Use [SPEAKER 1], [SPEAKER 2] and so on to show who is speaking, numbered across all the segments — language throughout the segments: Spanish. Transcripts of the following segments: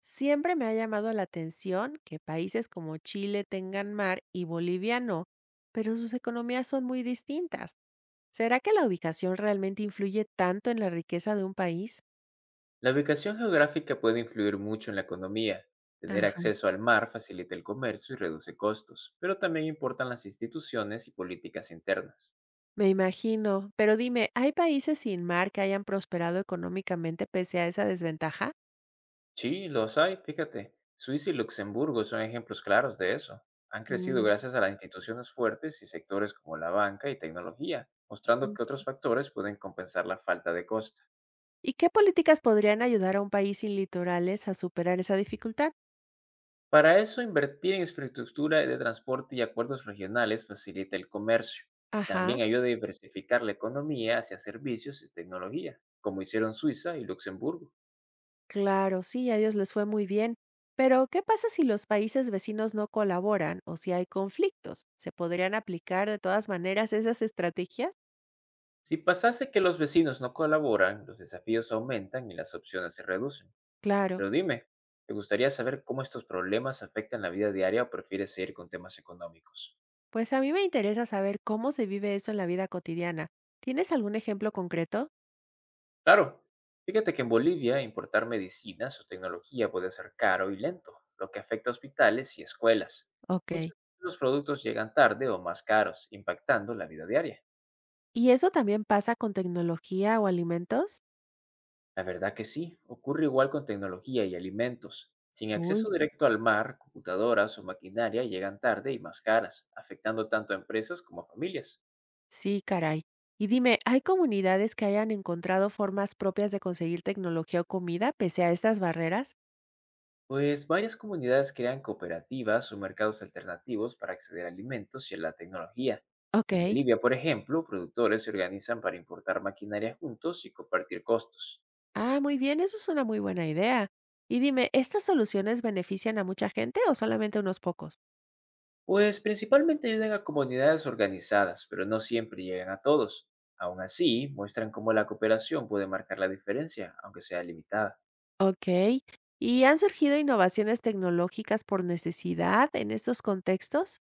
[SPEAKER 1] Siempre me ha llamado la atención que países como Chile tengan mar y Bolivia no, pero sus economías son muy distintas. ¿Será que la ubicación realmente influye tanto en la riqueza de un país?
[SPEAKER 2] La ubicación geográfica puede influir mucho en la economía. Tener
[SPEAKER 1] Ajá.
[SPEAKER 2] acceso al mar facilita el comercio y reduce costos, pero también importan las instituciones y políticas internas.
[SPEAKER 1] Me imagino, pero dime, ¿hay países sin mar que hayan prosperado económicamente pese a esa desventaja?
[SPEAKER 2] Sí, los hay, fíjate. Suiza y Luxemburgo son ejemplos claros de eso. Han crecido
[SPEAKER 1] Mm,
[SPEAKER 2] gracias a las instituciones fuertes y sectores como la banca y tecnología, mostrando que otros factores pueden compensar la falta de costa.
[SPEAKER 1] ¿Y qué políticas podrían ayudar a un país sin litorales a superar esa dificultad?
[SPEAKER 2] Para eso, invertir en infraestructura de transporte y acuerdos regionales facilita el comercio.
[SPEAKER 1] Ajá.
[SPEAKER 2] También ayuda a diversificar la economía hacia servicios y tecnología, como hicieron Suiza y Luxemburgo.
[SPEAKER 1] Claro, sí, a ellos les fue muy bien. Pero, ¿qué pasa si los países vecinos no colaboran o si hay conflictos? ¿Se podrían aplicar de todas maneras esas estrategias?
[SPEAKER 2] Si pasase que los vecinos no colaboran, los desafíos aumentan y las opciones se reducen.
[SPEAKER 1] Claro,
[SPEAKER 2] Pero dime, ¿te gustaría saber cómo estos problemas afectan la vida diaria o prefieres seguir con temas económicos?
[SPEAKER 1] pues a mí me interesa saber cómo se vive eso en la vida cotidiana. ¿Tienes algún ejemplo concreto?
[SPEAKER 2] Claro, fíjate que en Bolivia importar medicinas o tecnología puede ser caro y lento, lo que afecta a hospitales y escuelas.
[SPEAKER 1] Ok.
[SPEAKER 2] Muchos de los productos llegan tarde o más caros, impactando la vida diaria.
[SPEAKER 1] ¿Y eso también pasa con tecnología o alimentos?
[SPEAKER 2] La verdad que sí, ocurre igual con tecnología y alimentos. Sin
[SPEAKER 1] Uy,
[SPEAKER 2] acceso directo al mar, computadoras o maquinaria llegan tarde y más caras, afectando tanto a empresas como a familias.
[SPEAKER 1] sí, caray. Y dime, ¿hay comunidades que hayan encontrado formas propias de conseguir tecnología o comida pese a estas barreras?
[SPEAKER 2] Pues varias comunidades crean cooperativas o mercados alternativos para acceder a alimentos y a la tecnología.
[SPEAKER 1] Ok.
[SPEAKER 2] En Bolivia, por ejemplo, productores se organizan para importar maquinaria juntos y compartir costos.
[SPEAKER 1] Ah, muy bien, eso es una muy buena idea. Y dime, ¿estas soluciones benefician a mucha gente o solamente unos pocos?
[SPEAKER 2] Pues principalmente ayudan a comunidades organizadas, pero no siempre llegan a todos. Aún así, muestran cómo la cooperación puede marcar la diferencia, aunque sea limitada.
[SPEAKER 1] Ok. ¿Y han surgido innovaciones tecnológicas por necesidad en estos contextos?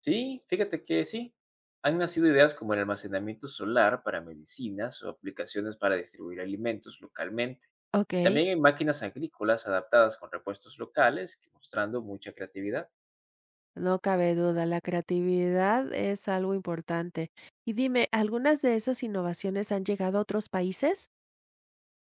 [SPEAKER 2] Sí, fíjate que sí. Han nacido ideas como el almacenamiento solar para medicinas o aplicaciones para distribuir alimentos localmente.
[SPEAKER 1] Ok.
[SPEAKER 2] También hay máquinas agrícolas adaptadas con repuestos locales, que mostrando mucha creatividad.
[SPEAKER 1] No cabe duda, la creatividad es algo importante. Y dime, ¿algunas de esas innovaciones han llegado a otros países?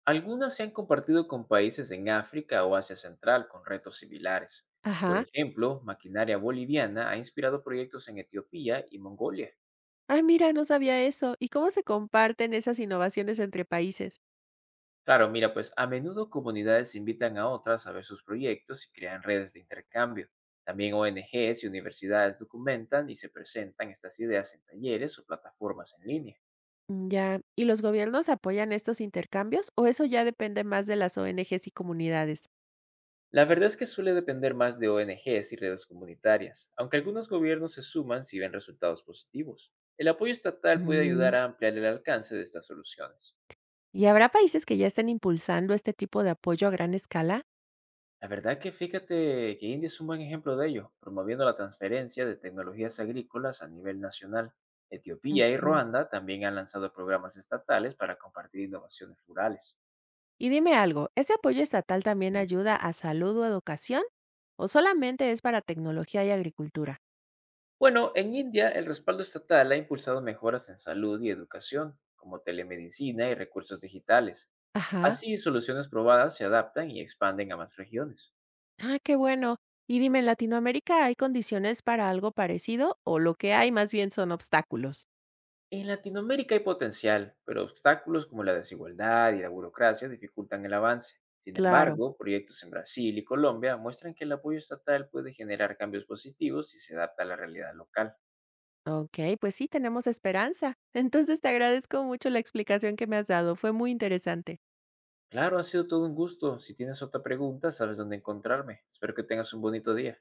[SPEAKER 2] Algunas se han compartido con países en África o Asia Central con retos similares. Por
[SPEAKER 1] Ajá.
[SPEAKER 2] ejemplo, maquinaria boliviana ha inspirado proyectos en Etiopía y Mongolia.
[SPEAKER 1] Ah, mira, no sabía eso. ¿Y cómo se comparten esas innovaciones entre países?
[SPEAKER 2] Claro, mira, pues a menudo comunidades invitan a otras a ver sus proyectos y crean redes de intercambio. También ONGs y universidades documentan y se presentan estas ideas en talleres o plataformas en línea.
[SPEAKER 1] Mm. Ya, ¿y los gobiernos apoyan estos intercambios o eso ya depende más de las ONGs y comunidades?
[SPEAKER 2] La verdad es que suele depender más de ONGs y redes comunitarias, aunque algunos gobiernos se suman si ven resultados positivos. El apoyo estatal puede
[SPEAKER 1] Mm,
[SPEAKER 2] ayudar a ampliar el alcance de estas soluciones.
[SPEAKER 1] ¿Y habrá países que ya estén impulsando este tipo de apoyo a gran escala?
[SPEAKER 2] La verdad que fíjate que India es un buen ejemplo de ello, promoviendo la transferencia de tecnologías agrícolas a nivel nacional. Etiopía y
[SPEAKER 1] Ujú.
[SPEAKER 2] Ruanda también han lanzado programas estatales para compartir innovaciones rurales.
[SPEAKER 1] Y dime algo, ¿ese apoyo estatal también
[SPEAKER 2] Mm.
[SPEAKER 1] ayuda a salud o educación? ¿O solamente es para tecnología y agricultura?
[SPEAKER 2] Bueno, en India el respaldo estatal ha impulsado mejoras en salud y educación, como telemedicina y recursos digitales.
[SPEAKER 1] Ajá.
[SPEAKER 2] Así, soluciones probadas se adaptan y expanden a más regiones.
[SPEAKER 1] Ah, qué bueno. Y dime, ¿en Latinoamérica hay condiciones para algo parecido o lo que hay más bien son obstáculos?
[SPEAKER 2] En Latinoamérica hay potencial, pero obstáculos como la desigualdad y la burocracia dificultan el avance. Sin
[SPEAKER 1] Claro.
[SPEAKER 2] embargo, proyectos en Brasil y Colombia muestran que el apoyo estatal puede generar cambios positivos si se adapta a la realidad local.
[SPEAKER 1] Okey, pues sí, tenemos esperanza. Entonces, te agradezco mucho la explicación que me has dado, fue muy interesante.
[SPEAKER 2] Claro, ha sido todo un gusto. Si tienes otra pregunta, sabes dónde encontrarme. Espero que tengas un bonito día.